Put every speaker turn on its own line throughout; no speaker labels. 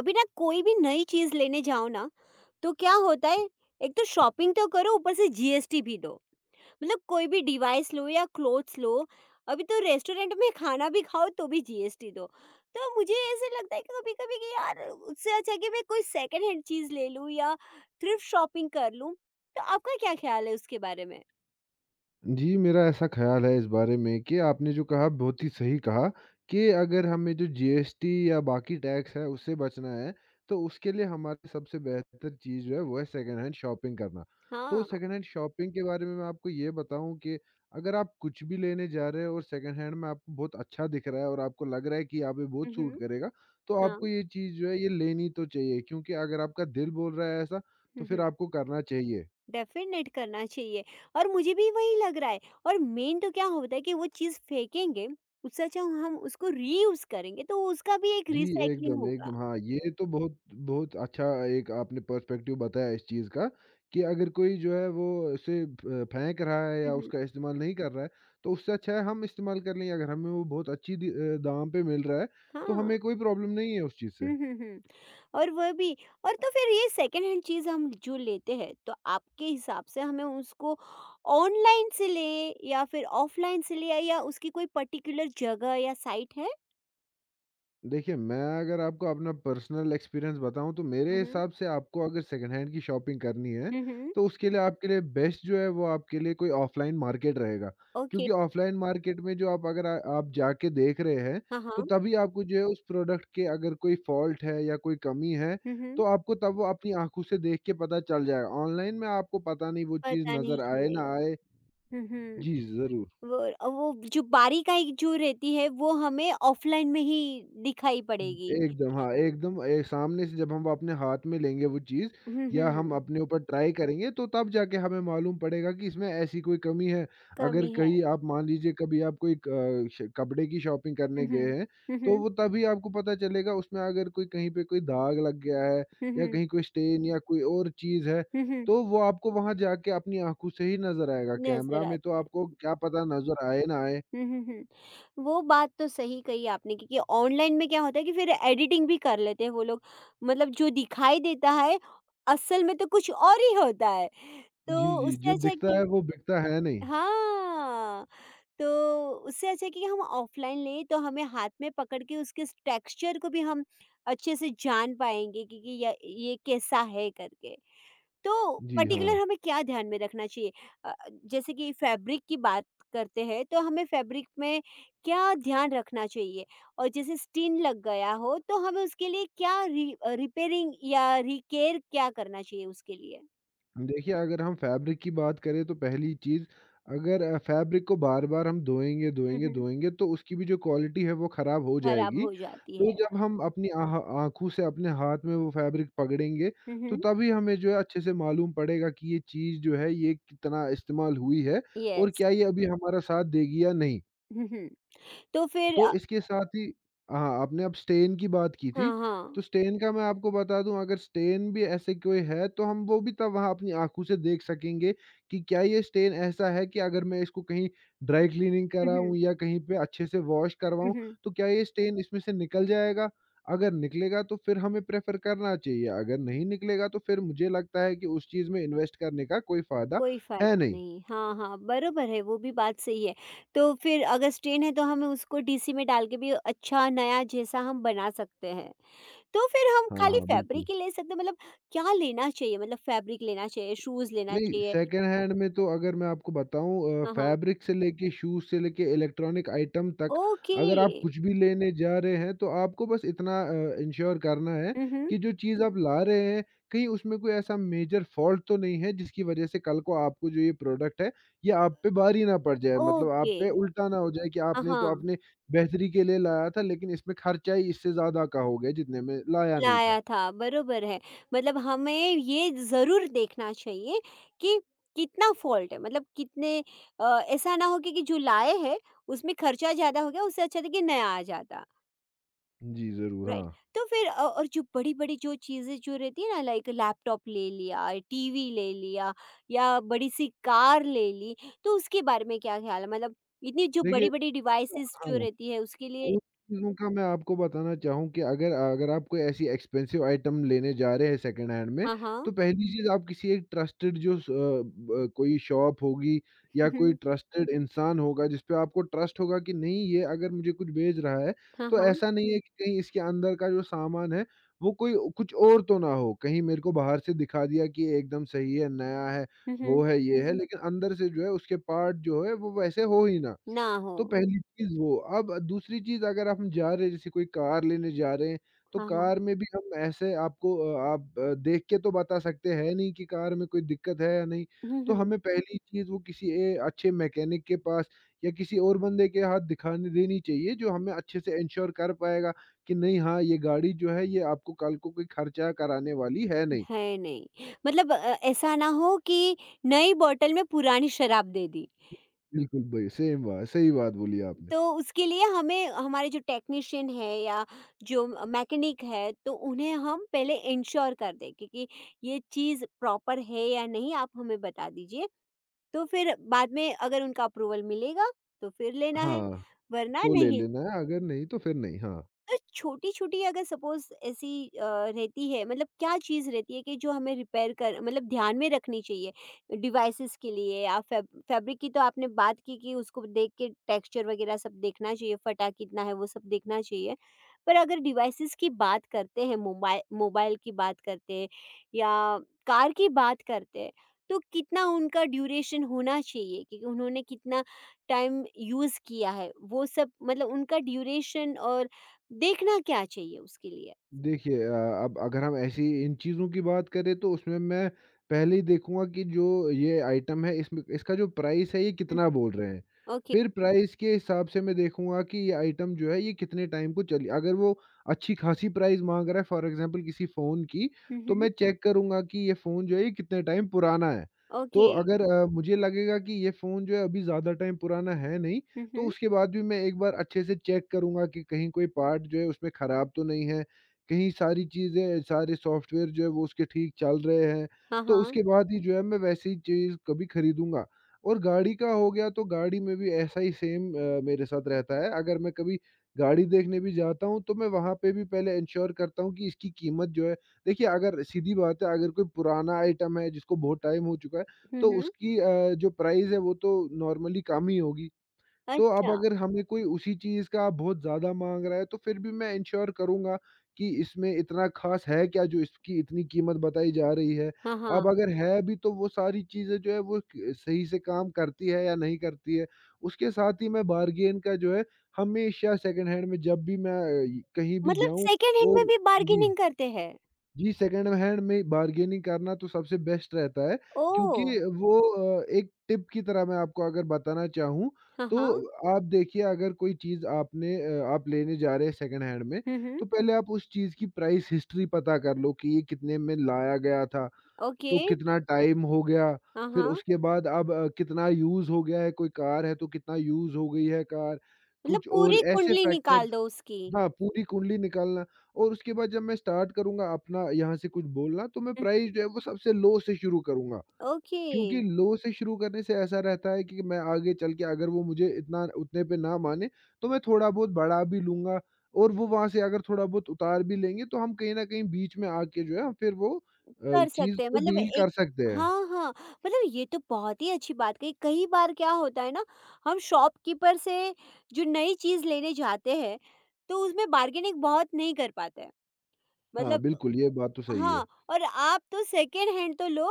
अभी ना कोई भी नई चीज लेने जाओ ना, तो क्या होता है। एक तो शॉपिंग तो करो, ऊपर से जीएसटी भी दो। मतलब कोई भी डिवाइस लो या क्लोथ्स लो, अभी तो रेस्टोरेंट में खाना भी खाओ तो भी जीएसटी दो। तो मुझे ऐसे लगता है कि कभी कभी कि यार उससे अच्छा है कि मैं कोई सेकंड हैंड चीज ले लूं या थ्रिफ्ट शॉपिंग कर लूं। तो आपका क्या ख्याल है उसके बारे में?
जी, मेरा ऐसा ख़्याल है इस बारे में कि आपने जो कहा बहुत ही सही कहा कि अगर हमें जो जीएसटी या बाकी टैक्स है उससे बचना है, तो उसके लिए हमारी सबसे बेहतर चीज़ जो है वो है सेकंड हैंड शॉपिंग करना। तो
हाँ।
सेकंड हैंड शॉपिंग के बारे में मैं आपको ये बताऊँ कि अगर आप कुछ भी लेने जा रहे हो और सेकंड हैंड में आपको बहुत अच्छा दिख रहा है और आपको लग रहा है कि यहाँ पे बहुत सूट
हम्म।
करेगा, तो
हाँ।
आपको ये चीज़ जो है ये लेनी तो चाहिए क्योंकि अगर आपका दिल बोल रहा है ऐसा, तो फिर
हम्म।
आपको करना चाहिए।
डेफिनेट करना चाहिए और मुझे भी वही लग रहा है। और मेन तो क्या होता है कि वो चीज़ फेंकेंगे, उससे अच्छा हम उसको रीयूज़ करेंगे तो उसका भी एक
जी,
रिसाइक्लिंग
एकदम,
होगा।
एकदम। हाँ, ये तो बहुत बहुत अच्छा एक आपने पर्सपेक्टिव बताया इस चीज़ का कि अगर कोई जो है वो उसे फ फेंक रहा है
हुँ,
या
हुँ।
उसका इस्तेमाल नहीं कर रहा है, तो उससे अच्छा है हम इस्तेमाल कर लें। अगर हमें वो बहुत अच्छी दाम पे मिल रहा है, तो
हाँ।
हमें कोई प्रॉब्लम नहीं है उस चीज़ से।
हुँ, हुँ, हुँ। और वह भी। और तो फिर ये सेकंड हैंड चीज़ हम जो लेते हैं, तो आपके हिसाब से हमें उसको ऑनलाइन से लें या फिर ऑफलाइन से लें, या उसकी कोई पर्टिकुलर जगह या साइट है?
देखिए, मैं अगर आपको अपना पर्सनल एक्सपीरियंस बताऊँ तो मेरे
हुँ, हुँ।
हिसाब से आपको अगर सेकंड हैंड की शॉपिंग करनी है,
हुँ, हुँ।
तो उसके लिए आपके लिए बेस्ट जो है वो आपके लिए कोई ऑफ़लाइन मार्केट रहेगा।
ओके।
क्योंकि ऑफ़लाइन मार्केट में जो आप अगर आप जाके देख रहे हैं,
हाँ,
तो
हाँ।
तभी आपको जो है उस प्रोडक्ट के अगर कोई फ़ॉल्ट है या कोई कमी है,
हुँ, हुँ।
तो आपको तब वो अपनी आँखों से देख के पता चल जाएगा। ऑनलाइन में आपको पता नहीं वो चीज़
पता नहीं
नज़र आए ना
चलेगा।
आए।
हुँ, हुँ।
जी, ज़रूर।
वो वो जो बारीकाई जो रहती है, वो हमें ऑफ़लाइन में ही दिखाई पड़ेगी।
एकदम हाँ, एकदम सामने से जब हम अपने हाथ में लेंगे वो चीज़
हुँ,
या हम
हुँ,
अपने ऊपर ट्राई करेंगे तो तब जाके हमें मालूम पड़ेगा कि इसमें ऐसी कोई कमी है। अगर
कमी है।
कहीं आप मान लीजिए कभी आप कोई क श कपड़े की शॉपिंग
हुँ,
करने
हुँ,
गए हैं,
हुँ,
तो
हुँ,
वो तभी आपको पता चलेगा उसमें अगर कोई कहीं पे कोई दाग लग गया है
हुँ,
या
हुँ,
कहीं कोई स्टेन या कोई और चीज़ है,
हुँ, हुँ,
तो वो आपको वहाँ जाके अपनी आँखों से ही नज़र आएगा।
नज़र
कैमरा में तो
आता है।
आपको क्या पता नज़र आए ना आए।
हुँ, हुँ, हुँ, वो बात तो सही कही आपने, क्योंकि ऑनलाइन में क्या होता है कि फिर एडिटिंग भी कर लेते हैं वो लोग। मतलब जो दिखाई देता है असल में तो कुछ और ही होता है।
जी,
तो
जी,
उससे
जो
अच्छा है
दिखता
कि
है वो बिकता है नहीं।
हाँ। तो उससे अच्छा है कि हम ऑफलाइन लें, तो हमें हाथ में पकड़ के उसके टेक्सचर को भी हम अच्छे से जान पाएंगे कि ये कैसा है करके। तो
जी,
पर्टिकुलर
हाँ।
हमें क्या ध्यान में रखना चाहिए? अ, जैसे कि फैब्रिक की बात करते हैं, तो हमें फैब्रिक में क्या ध्यान रखना चाहिए? और जैसे स्टीन लग गया हो तो हमें उसके लिए क्या रिपेयरिंग या रिकेयर क्या करना चाहिए उसके लिए?
देखिए, अगर हम फैब्रिक की बात करें तो पहली चीज़, अगर फैब्रिक को बार-बार हम धोएँगे, धोएँगे,
हम्म।
धोएँगे तो उसकी भी जो क्वालिटी है वो ख़राब हो
खराब
जाएगी।
हो जाती
तो
है।
जब हम अपनी आह आँखों से अपने हाथ में वो फैब्रिक पकड़ेंगे तो
हम्म।
तभी हमें जो है अच्छे से मालूम पड़ेगा कि ये चीज़ जो है ये कितना इस्तेमाल हुई है और
यस।
क्या ये अभी हमारा साथ देगी या नहीं।
हम्म। तो फिर
तो इसके साथ ही हाँ, आपने अब स्टेन की बात की
हाँ
थी,
हाँ।
तो स्टेन का मैं आपको बता दूँ, अगर स्टेन भी ऐसे कोई है तो हम वो भी तब वहाँ अपनी आँखों से देख सकेंगे कि क्या ये स्टेन ऐसा है कि अगर मैं इसको कहीं ड्राई क्लीनिंग
हुँ,
कराऊँ या कहीं पे अच्छे से वॉश
हुँ,
करवाऊँ,
हुँ।
तो क्या ये स्टेन इसमें से निकल जाएगा? अगर निकलेगा तो फिर हमें प्रेफ़र करना चाहिए, अगर नहीं निकलेगा तो फिर मुझे लगता है कि उस चीज़ में इन्वेस्ट करने का कोई फ़ायदा
कोई
है
फ़ायदा
नहीं।
नहीं। हाँ, हाँ, बरोबर है, वो भी बात सही है। तो फिर अगर स्ट्रेन है तो हम उसको डीसी में डाल के भी अच्छा नया जैसा हम बना सकते हैं। तो फिर हम
हाँ,
खाली
हाँ, बिल्कुल।
फ़ैब्रिक ही ले सकते हैं मतलब क्या लेना चाहिए? मतलब फ़ैब्रिक लेना चाहिए, शूज़ लेना
नहीं,
चाहिए?
सेकंड हैंड में तो अगर मैं आपको बताऊँ,
हाँ, हाँ।
फैब्रिक से लेके शूज़ से लेके इलेक्ट्रॉनिक आइटम तक,
ओके।
अगर आप कुछ भी लेने जा रहे हैं, तो आपको बस इतना इंश्योर करना है
हुँ, हुँ।
कि जो चीज़ आप ला रहे हैं, कहीं उसमें कोई ऐसा मेजर फ़ॉल्ट तो नहीं है, जिसकी वज़ह से कल को आपको जो ये प्रोडक्ट है, ये आप पे भारी ना पड़ जाए। मतलब आप
ओके।
पे उल्टा ना हो जाए कि
हाँ,
आपने तो
हाँ।
अपने बेहतरी के लिए लाया था, लेकिन इसमें खर्चा ही इससे ज़्यादा का हो गया, जितने में लाया नहीं था।
लाया था, बरोबर है। मतलब हमें ये ज़रूर देखना चाहिए कि कितना फ़ॉल्ट है, मतलब कितने ऐसा ना हो कि जो लाए हैं, उसमें खर्चा ज़्यादा हो गया, उससे अच्छा था कि नया आ जाता।
जी, ज़रूर।
राइट?
हाँ।
तो फिर और जो बड़ी-बड़ी जो चीज़ें जो रहती है ना, लाइक लैपटॉप ले लिया, टीवी ले लिया या बड़ी-सी कार ले ली, तो उसके बारे में क्या ख़्याल है? मतलब इतनी जो
देखिए,
बड़ी-बड़ी डिवाइसेज़
हाँ।
जो रहती है, उसके लिए
उन चीज़ों का मैं आपको बताना चाहूँ कि अगर अगर आप कोई ऐसी एक्सपेंसिव आइटम लेने जा रहे हैं सेकंड हैंड में,
हाँ, हाँ।
तो पहली चीज़, आप किसी एक ट्रस्टेड जो स अ, ब कोई शॉप होगी या
हुँ,
कोई
हुँ।
ट्रस्टेड इंसान होगा जिस पे आपको ट्रस्ट होगा कि नहीं, ये अगर मुझे कुछ बेच रहा है,
हाँ,
तो
हाँ।
ऐसा नहीं है कि कहीं इसके अंदर का जो सामान है, वो कोई कुछ और तो ना हो। कहीं मेरे को बाहर से दिखा दिया कि ये एकदम सही है, नया है,
हुँ,
वो
हुँ।
है, ये है, लेकिन अंदर से जो है उसके पार्ट जो है वो वैसे हो ही ना।
ना हो।
तो पहली चीज़ वो। अब दूसरी चीज़, अगर हम जा रहे हैं जैसे कोई कार लेने जा रहे हैं, तो
हाँ, हाँ।
कार में भी हम ऐसे आपको आप देख के तो बता सकते हैं नहीं कि कार में कोई दिक्कत है या नहीं।
हुँ,
तो
हुँ।
हमें पहली चीज़, वो किसी ए अच्छे मैकेनिक के पास या किसी और बंदे के हाथ दिखाने देनी चाहिए जो हमें अच्छे से इंश्योर कर पाएगा कि नहीं हाँ, ये गाड़ी जो है ये आपको कल को कोई खर्चा कराने वाली है नहीं।
है नहीं। मतलब ऐसा ना हो कि नई बॉटल में पुरानी शराब दे दी।
बिल्कुल भाई, सेम बात, सही बात बोली आपने।
तो उसके लिए हमें हमारे जो टेक्नीशियन है या जो मैकेनिक है तो उन्हें हम पहले इंश्योर कर दें, क्योंकि ये चीज़ प्रॉपर है या नहीं, आप हमें बता दीजिए। तो फिर बाद में अगर उनका अप्रूवल मिलेगा तो फिर लेना है,
हाँ,
वरना
तो ले
नहीं।
लेना है, अगर नहीं तो फिर नहीं, हाँ।
छोटी छोटी अगर सपोज ऐसी रहती है मतलब क्या चीज़ रहती है कि जो हमें रिपेयर कर मतलब ध्यान में रखनी चाहिए डिवाइसेस के लिए या फैब्रिक की? तो आपने बात की कि उसको देख के टेक्सचर वगैरह सब देखना चाहिए, फटा कितना है वो सब देखना चाहिए। पर अगर डिवाइसेस की बात करते हैं, मोबाइल मोबाइल की बात करते हैं या कार की बात करते हैं, तो कितना उनका ड्यूरेशन होना चाहिए, कि उन्होंने कितना टाइम यूज़ किया है वो सब, मतलब उनका ड्यूरेशन और देखना क्या चाहिए उसके लिए?
देखिए, अब अगर हम ऐसी इन चीज़ों की बात करें तो उसमें मैं पहले ही देखूँगा कि जो ये आइटम है इसमें इसका जो प्राइस है ये
हुँ,
कितना
हुँ।
बोल रहे हैं।
ओके।
फिर प्राइस के हिसाब से मैं देखूँगा कि ये आइटम जो है ये कितने टाइम को चली, अगर वो अच्छी खासी प्राइस माँग रहा है फॉर एग्ज़ाम्पल किसी फ़ोन की,
हुँ,
तो
हुँ।
मैं चेक करूँगा कि ये फ़ोन जो है ये कितने टाइम पुराना है। तो
ओके।
अगर मुझे लगेगा कि ये फ़ोन जो है अभी ज़्यादा टाइम पुराना है नहीं,
हुँ,
तो
हुँ।
उसके बाद भी मैं एक बार अच्छे से चेक करूँगा कि कहीं कोई पार्ट जो है उसमें ख़राब तो नहीं है। कहीं सारी चीज़ें, सारे सॉफ्टवेयर जो है वो उसके ठीक चल रहे हैं,
हाँ,
तो
हाँ।
उसके बाद ही जो है मैं वैसी चीज़ कभी खरीदूँगा। और गाड़ी का हो गया तो गाड़ी में भी ऐसा ही सेम मेरे साथ रहता है। अगर मैं कभी गाड़ी देखने भी जाता हूँ तो मैं वहाँ पे भी पहले एंश्योर करता हूँ कि इसकी कीमत जो है। देखिए, अगर सीधी बात है, अगर कोई पुराना आइटम है जिसको बहुत टाइम हो चुका है,
हुँ,
तो
हुँ।
उसकी जो प्राइस है वो तो नॉर्मली कम ही होगी। तो अब
अच्छा।
अगर हमें कोई उसी चीज़ का बहुत ज़्यादा माँग रहा है, तो फिर भी मैं इन्श्योर करूँगा कि इसमें इतना ख़ास है क्या जो इसकी इतनी कीमत बताई जा रही है।
हाँ,
अब
हाँ।
अगर है भी तो वो सारी चीज़ें जो है वो क सही से काम करती है या नहीं करती है। उसके साथ ही मैं बार्गेन का जो है, हमेशा सेकंड हैंड में जब भी मैं कहीं भी
मतलब
जाऊँ।
सेकंड हैंड में
और
भी
जी।
बार्गेनिंग करते हैं?
जी, सेकंड हैंड में बार्गेनिंग करना तो सबसे बेस्ट रहता है क्योंकि
ओह!
वो एक टिप की तरह मैं आपको अगर बताना चाहूँ,
हाँ,
तो
हाँ।
आप देखिए, अगर कोई चीज़ आप लेने जा रहे हैं सेकंड हैंड में,
हुँ, हुँ।
तो पहले आप उस चीज़ की प्राइस हिस्ट्री पता कर लो कि ये कितने में लाया गया था,
ओके।
तो कितना टाइम हो गया,
हाँ,
फिर
हाँ।
उसके बाद अब कितना यूज़ हो गया है, कोई कार है तो कितना यूज़ हो गई है कार,
मतलब
कुछ और
पूरी
ऐसे
कुंडली निकाल
फैक्टर्स।
दो उसकी।
हाँ, पूरी कुंडली निकालना। और उसके बाद जब मैं स्टार्ट करूँगा अपना यहाँ से कुछ बोलना तो मैं
हुँ, हुँ।
प्राइस जो है वो सबसे लो से शुरू करूँगा।
ओके।
क्योंकि लो से शुरू करने से ऐसा रहता है कि मैं आगे चल के अगर वो मुझे इतना उतने पे ना माने तो मैं थोड़ा-बहुत बढ़ा भी लूँगा और वो वहाँ से अगर थोड़ा-बहुत उतार भी लेंगे तो हम कहीं न कहीं बीच में आके जो है हम फिर वो
कर
चीज़
सकते हैं
को
मतलब
डील
एक
कर सकते हैं।
हाँ, हाँ। मतलब ये तो बहुत ही अच्छी बात कही। कई बार क्या होता है ना, हम शॉपकीपर से जो नई चीज़ लेने जाते हैं, तो उसमें बार्गेनिंग बहुत नहीं कर पाते हैं।
हाँ,
मतलब
बिल्कुल ये बात तो सही
हाँ,
है।
और आप तो सेकंड हैंड तो लो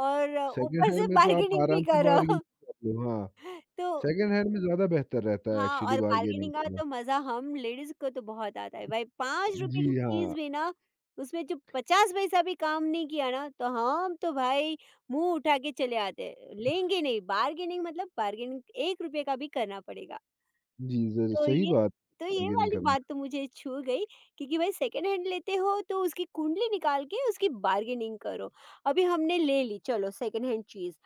और
सेकंड
ऊपर से
हैंड में तो आप
बार्गेनिंग भी
आराम से
करो।
बार्गेनिंग कर लो। हाँ,
तो
सेकंड हैंड में ज़्यादा बेहतर रहता है
हाँ,
एक्चुअली
और
बार्गेनिंग
बार्गेनिंग का
करना।
तो मज़ा हम लेडीज़ को तो बहुत आता है। भाई ₹5
जी,
की चीज़
हाँ।
भी ना, उसमें जो 50 पैसा भी काम नहीं किया ना, तो हम तो भाई मुँह उठा के चले आते हैं। लेंगे नहीं, बार्गेनिंग मतलब बार्गेनिंग ₹1 का भी करना पड़ेगा।
जी, ज़र
तो
सही
ये
बात,
तो ये
बार्गेनिंग
वाली
करना।
बात तो मुझे छू गई, क्योंकि भाई सेकंड हैंड लेते हो तो उसकी कुंडली निकाल के उसकी बार्गेनिंग करो। अभी हमने ले ली चलो सेकंड हैंड चीज़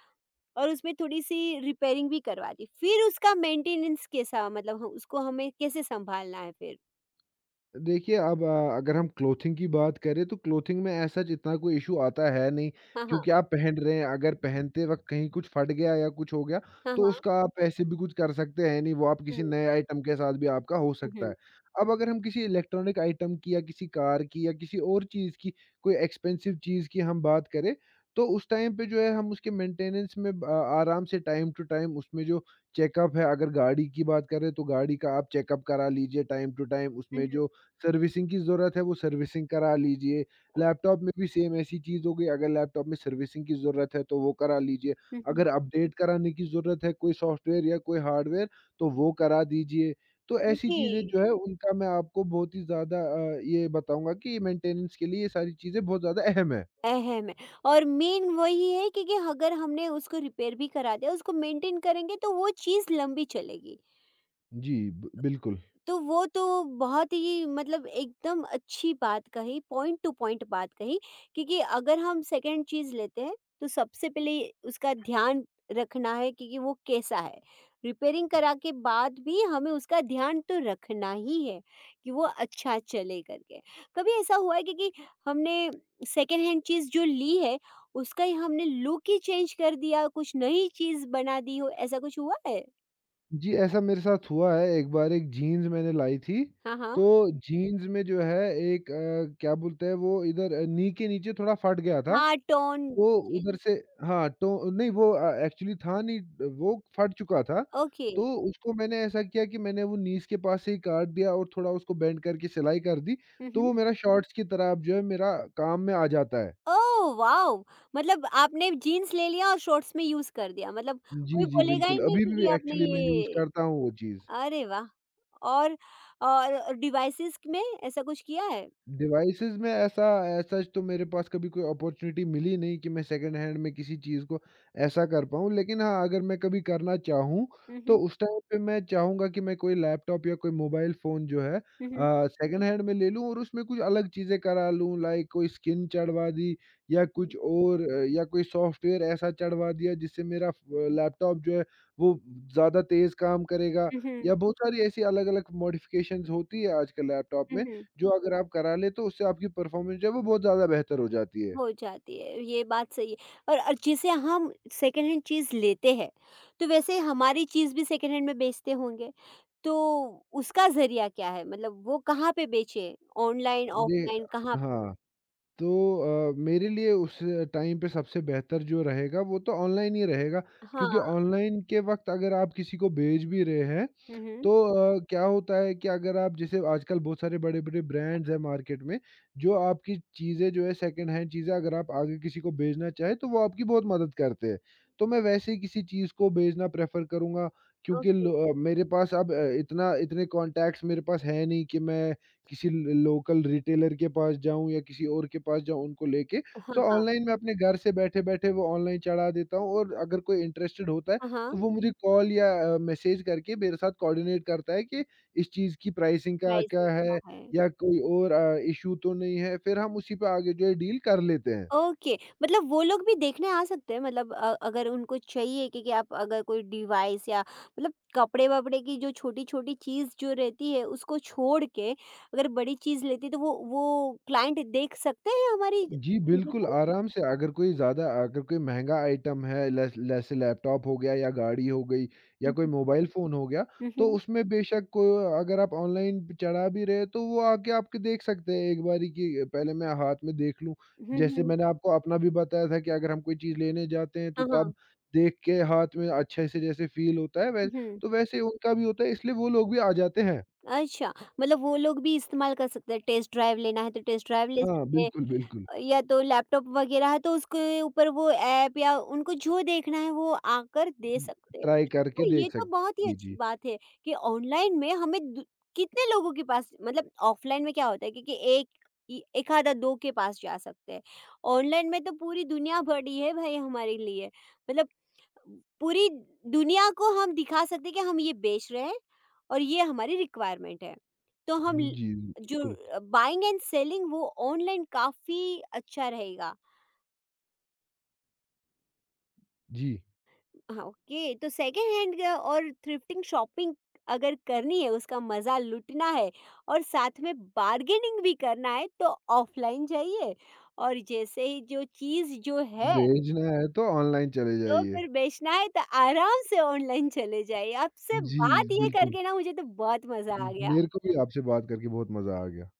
और उसमें थोड़ी-सी रिपेयरिंग भी करवा दी। फिर उसका मेंटेनेंस कैसा, मतलब ह उसको हमें कैसे सँभालना है फिर?
देखिए, अब अगर हम क्लॉथिंग की बात करें तो क्लॉथिंग में ऐसा जितना कोई इश्यू आता है नहीं,
हाँ, हाँ।
क्योंकि आप पहन रहे हैं, अगर पहनते वक़्त कहीं कुछ फट गया या कुछ हो गया,
हाँ,
तो
हाँ।
उसका आप ऐसे भी कुछ कर सकते हैं नहीं, वो आप
हुँ,
किसी नए आइटम के साथ भी आपका हो
हुँ,
सकता
हुँ।
है। अब अगर हम किसी इलेक्ट्रॉनिक आइटम की या किसी कार की या किसी और चीज़ की, कोई एक्सपेंसिव चीज़ की हम बात करें, तो उस टाइम पे जो है हम उसके मेंटेनेंस में आराम से टाइम टू टाइम उसमें जो चेकअप है, अगर गाड़ी की बात करें तो गाड़ी का आप चेकअप करा लीजिए टाइम टू टाइम,
हुँ, हुँ।
उसमें जो सर्विसिंग की ज़रूरत है, वो सर्विसिंग करा लीजिए। लैपटॉप में भी सेम ऐसी चीज़ हो गई, अगर लैपटॉप में सर्विसिंग की ज़रूरत है, तो वो करा लीजिए।
हुँ, हुँ।
अगर अपडेट कराने की ज़रूरत है कोई सॉफ्टवेयर या कोई हार्डवेयर, तो वो करा दीजिए। तो ऐसी
ओके,
चीज़ें जो है उनका मैं आपको बहुत ही ज़्यादा ये बताऊँगा कि मेंटेनेंस के लिए ये सारी चीज़ें बहुत ज़्यादा अहम है।
अहम है। और मेन वही है, क्योंकि अगर हमने उसको रिपेयर भी करा दिया, उसको मेंटेन करेंगे तो वो चीज़ लंबी चलेगी।
जी, ब बिल्कुल।
तो वो तो बहुत ही मतलब एकदम अच्छी बात कही, पॉइंट टू पॉइंट बात कही, क्योंकि अगर हम सेकंड चीज़ लेते हैं, तो सबसे पहले उसका ध्यान रखना है क्योंकि वो कैसा है। रिपेयरिंग करा के बाद भी हमें उसका ध्यान तो रखना ही है कि वो अच्छा चले करके। कभी ऐसा हुआ है क्योंकि हमने सेकंड हैंड चीज़ जो ली है, उसका ही हमने लुक ही चेंज कर दिया, कुछ नई चीज़ बना दी हो, ऐसा कुछ हुआ है?
जी, ऐसा मेरे साथ हुआ है। एक बार एक जीन्स मैंने लाई थी,
हाँ, हाँ।
तो जीन्स में जो है एक क्या बोलते हैं वो इधर नी के नीचे थोड़ा फट गया था।
हाँ, टोन
वो
जी,
उधर से हाँ, तो नहीं वो एक्चुअली था नहीं वो फट चुका था,
ओके।
तो उसको मैंने ऐसा किया कि मैंने वो नीज़ के पास से ही काट दिया और थोड़ा उसको बेंड करके सिलाई कर दी,
हुँ,
तो
हुँ।
वो मेरा शॉर्ट्स की तरह अब जो है मेरा काम में आ जाता है।
Oh wow! मतलब आपने जीन्स ले लिया और शॉर्ट्स में यूज़ कर दिया, मतलब
जी,
कोई
जी,
बोलेगा
बिल्कुल।
ही नहीं
अभी
कि
भी
आपने
एक्चुअली मैं यूज़
ये
करता हूँ वो चीज़।
अरे वाह! और और डिवाइसेज़ में ऐसा कुछ किया है?
डिवाइसेस में ऐसा ऐसा तो मेरे पास कभी कोई अपॉर्चुनिटी मिली नहीं कि मैं सेकंड हैंड में किसी चीज़ को ऐसा कर पाऊँ। लेकिन हाँ, अगर मैं कभी करना चाहूँ,
हुँ,
तो
हुँ।
उस टाइम पे मैं चाहूँगा कि मैं कोई लैपटॉप या कोई मोबाइल फ़ोन जो है
हुँ, हुँ।
सेकंड हैंड में ले लूँ और उसमें कुछ अलग चीज़ें करा लूँ लाइक कोई स्किन चढ़वा दी या कुछ और या कोई सॉफ्टवेयर ऐसा चढ़वा दिया जिससे मेरा फ लैपटॉप जो है वो ज़्यादा तेज़ काम करेगा
हुँ, हुँ।
या बहुत सारी ऐसी अलग-अलग मॉडिफ़िकेशंस होती है आजकल लैपटॉप
हुँ,
में।
हुँ।
जो अगर आप करा लें तो उससे आपकी परफ़ॉर्मेंस जो है वो बहुत ज़्यादा बेहतर हो जाती है।
हो जाती है, ये बात सही है। और जैसे हम सेकंड हैंड चीज़ लेते हैं, तो वैसे हमारी चीज़ भी सेकंड हैंड में बेचते होंगे, तो उसका ज़रिया क्या है? मतलब वो कहाँ पे बेचें? ऑनलाइन,
जी,
ऑफलाइन, कहाँ?
हाँ, तो मेरे लिए उस टाइम पे सबसे बेहतर जो रहेगा वो तो ऑनलाइन ही रहेगा क्योंकि
हाँ।
ऑनलाइन के वक़्त अगर आप किसी को भेज भी रहे हैं
हुँ, हुँ।
तो क्या होता है कि अगर आप जैसे आजकल बहुत सारे बड़े-बड़े ब्रांड्स हैं मार्केट में, जो आपकी चीज़ें जो है सेकंड हैंड चीज़ें अगर आप आगे किसी को बेचना चाहें, तो वो आपकी बहुत मदद करते हैं। तो मैं वैसे ही किसी चीज़ को बेचना प्रेफ़र करूँगा क्योंकि
ओके।
मेरे पास अब इतना इतने कॉन्टैक्ट्स मेरे पास है नहीं कि मैं किसी ल लोकल रिटेलर के पास जाऊँ या किसी और के पास जाऊँ उनको लेके।
हाँ,
तो
हाँ।
ऑनलाइन मैं अपने घर से बैठे-बैठे वो ऑनलाइन चढ़ा देता हूँ और अगर कोई इंटरेस्टेड होता है
हाँ,
तो
हाँ।
वो मुझे कॉल या मैसेज करके मेरे साथ कोऑर्डिनेट करता है कि इस चीज़ की प्राइसिंग का
प्राइसिंग
क्या
क्या
है
है?
या कोई और इश्यू तो नहीं है, फिर हम उसी पे आगे जो है डील कर लेते हैं।
ओके। मतलब वो लोग भी देखने आ सकते हैं? मतलब अगर उनको चाहिए कि आप अगर कोई डिवाइस या मतलब कपड़े-वपड़े की जो छोटी-छोटी चीज़ जो रहती है, उसको छोड़ के अगर बड़ी चीज़ लेती तो वो क्लाइंट देख सकते हैं हमारी
जी, बिल्कुल
फिज़िकल?
आराम से अगर कोई ज़्यादा अगर कोई महँगा आइटम है लैस जैसे लैपटॉप हो गया या गाड़ी हो गई या
हुँ,
कोई
हुँ।
मोबाइल फ़ोन हो गया,
हुँ,
तो
हुँ।
उसमें बेशक को अगर आप ऑनलाइन पे चढ़ा भी रहे, तो वो आके आपके देख सकते हैं एक बारी कि पहले मैं हाथ में देख लूँ।
हुँ,
जैसे
हुँ।
मैंने आपको अपना भी बताया था कि अगर हम कोई चीज़ लेने जाते हैं, तो
हाँ,
तब
हाँ।
देख के हाथ में अच्छे से जैसे फ़ील होता है वै
हुँ,
तो वैसे उनका भी होता है इसलिए वो लोग भी आ जाते हैं।
अच्छा। मतलब वो लोग भी इस्तेमाल कर सकते हैं, टेस्ट ड्राइव लेना है तो टेस्ट ड्राइव ले
हाँ,
सकते
बिल्कुल,
हैं।
बिल्कुल।
या तो लैपटॉप वगैरह है तो उसके ऊपर वो ऐप या उनको जो देखना है वो आकर दे सकते हैं।
ट्राई करके
और ये
देख
तो
सक
बहुत ही
जी,
अच्छी
जी।
बात है कि ऑनलाइन में हमें कितने लोगों के पास, मतलब ऑफलाइन में क्या होता है, क्योंकि एक एक आधा दो के पास जा सकते हैं। ऑनलाइन में तो पूरी दुनिया बड़ी है भाई हमारे लिए। मतलब पूरी दुनिया को हम दिखा सकते हैं कि हम ये बेच रहे हैं और ये हमारी रिक्वायरमेंट है। तो हम
जी, बिल्कुल।
जो बाइंग एंड सेलिंग, वो ऑनलाइन काफ़ी अच्छा रहेगा।
जी।
हाँ, ओके। तो सेकंड हैंड और थ्रिफ्टिंग शॉपिंग अगर करनी है, उसका मज़ा लूटना है और साथ में बार्गेनिंग भी करना है तो ऑफ़लाइन जाइए, और जैसे ही जो चीज़ जो है,
भेजना है तो ऑनलाइन चले
तो
जाइए।
फिर बेचना है तो आराम से ऑनलाइन चले जाइए। आपसे
जी,
बात ये
बिल्कुल।
करके ना मुझे तो बहुत मज़ा आ गया।
मेरे को भी आपसे बात करके बहुत मज़ा आ गया।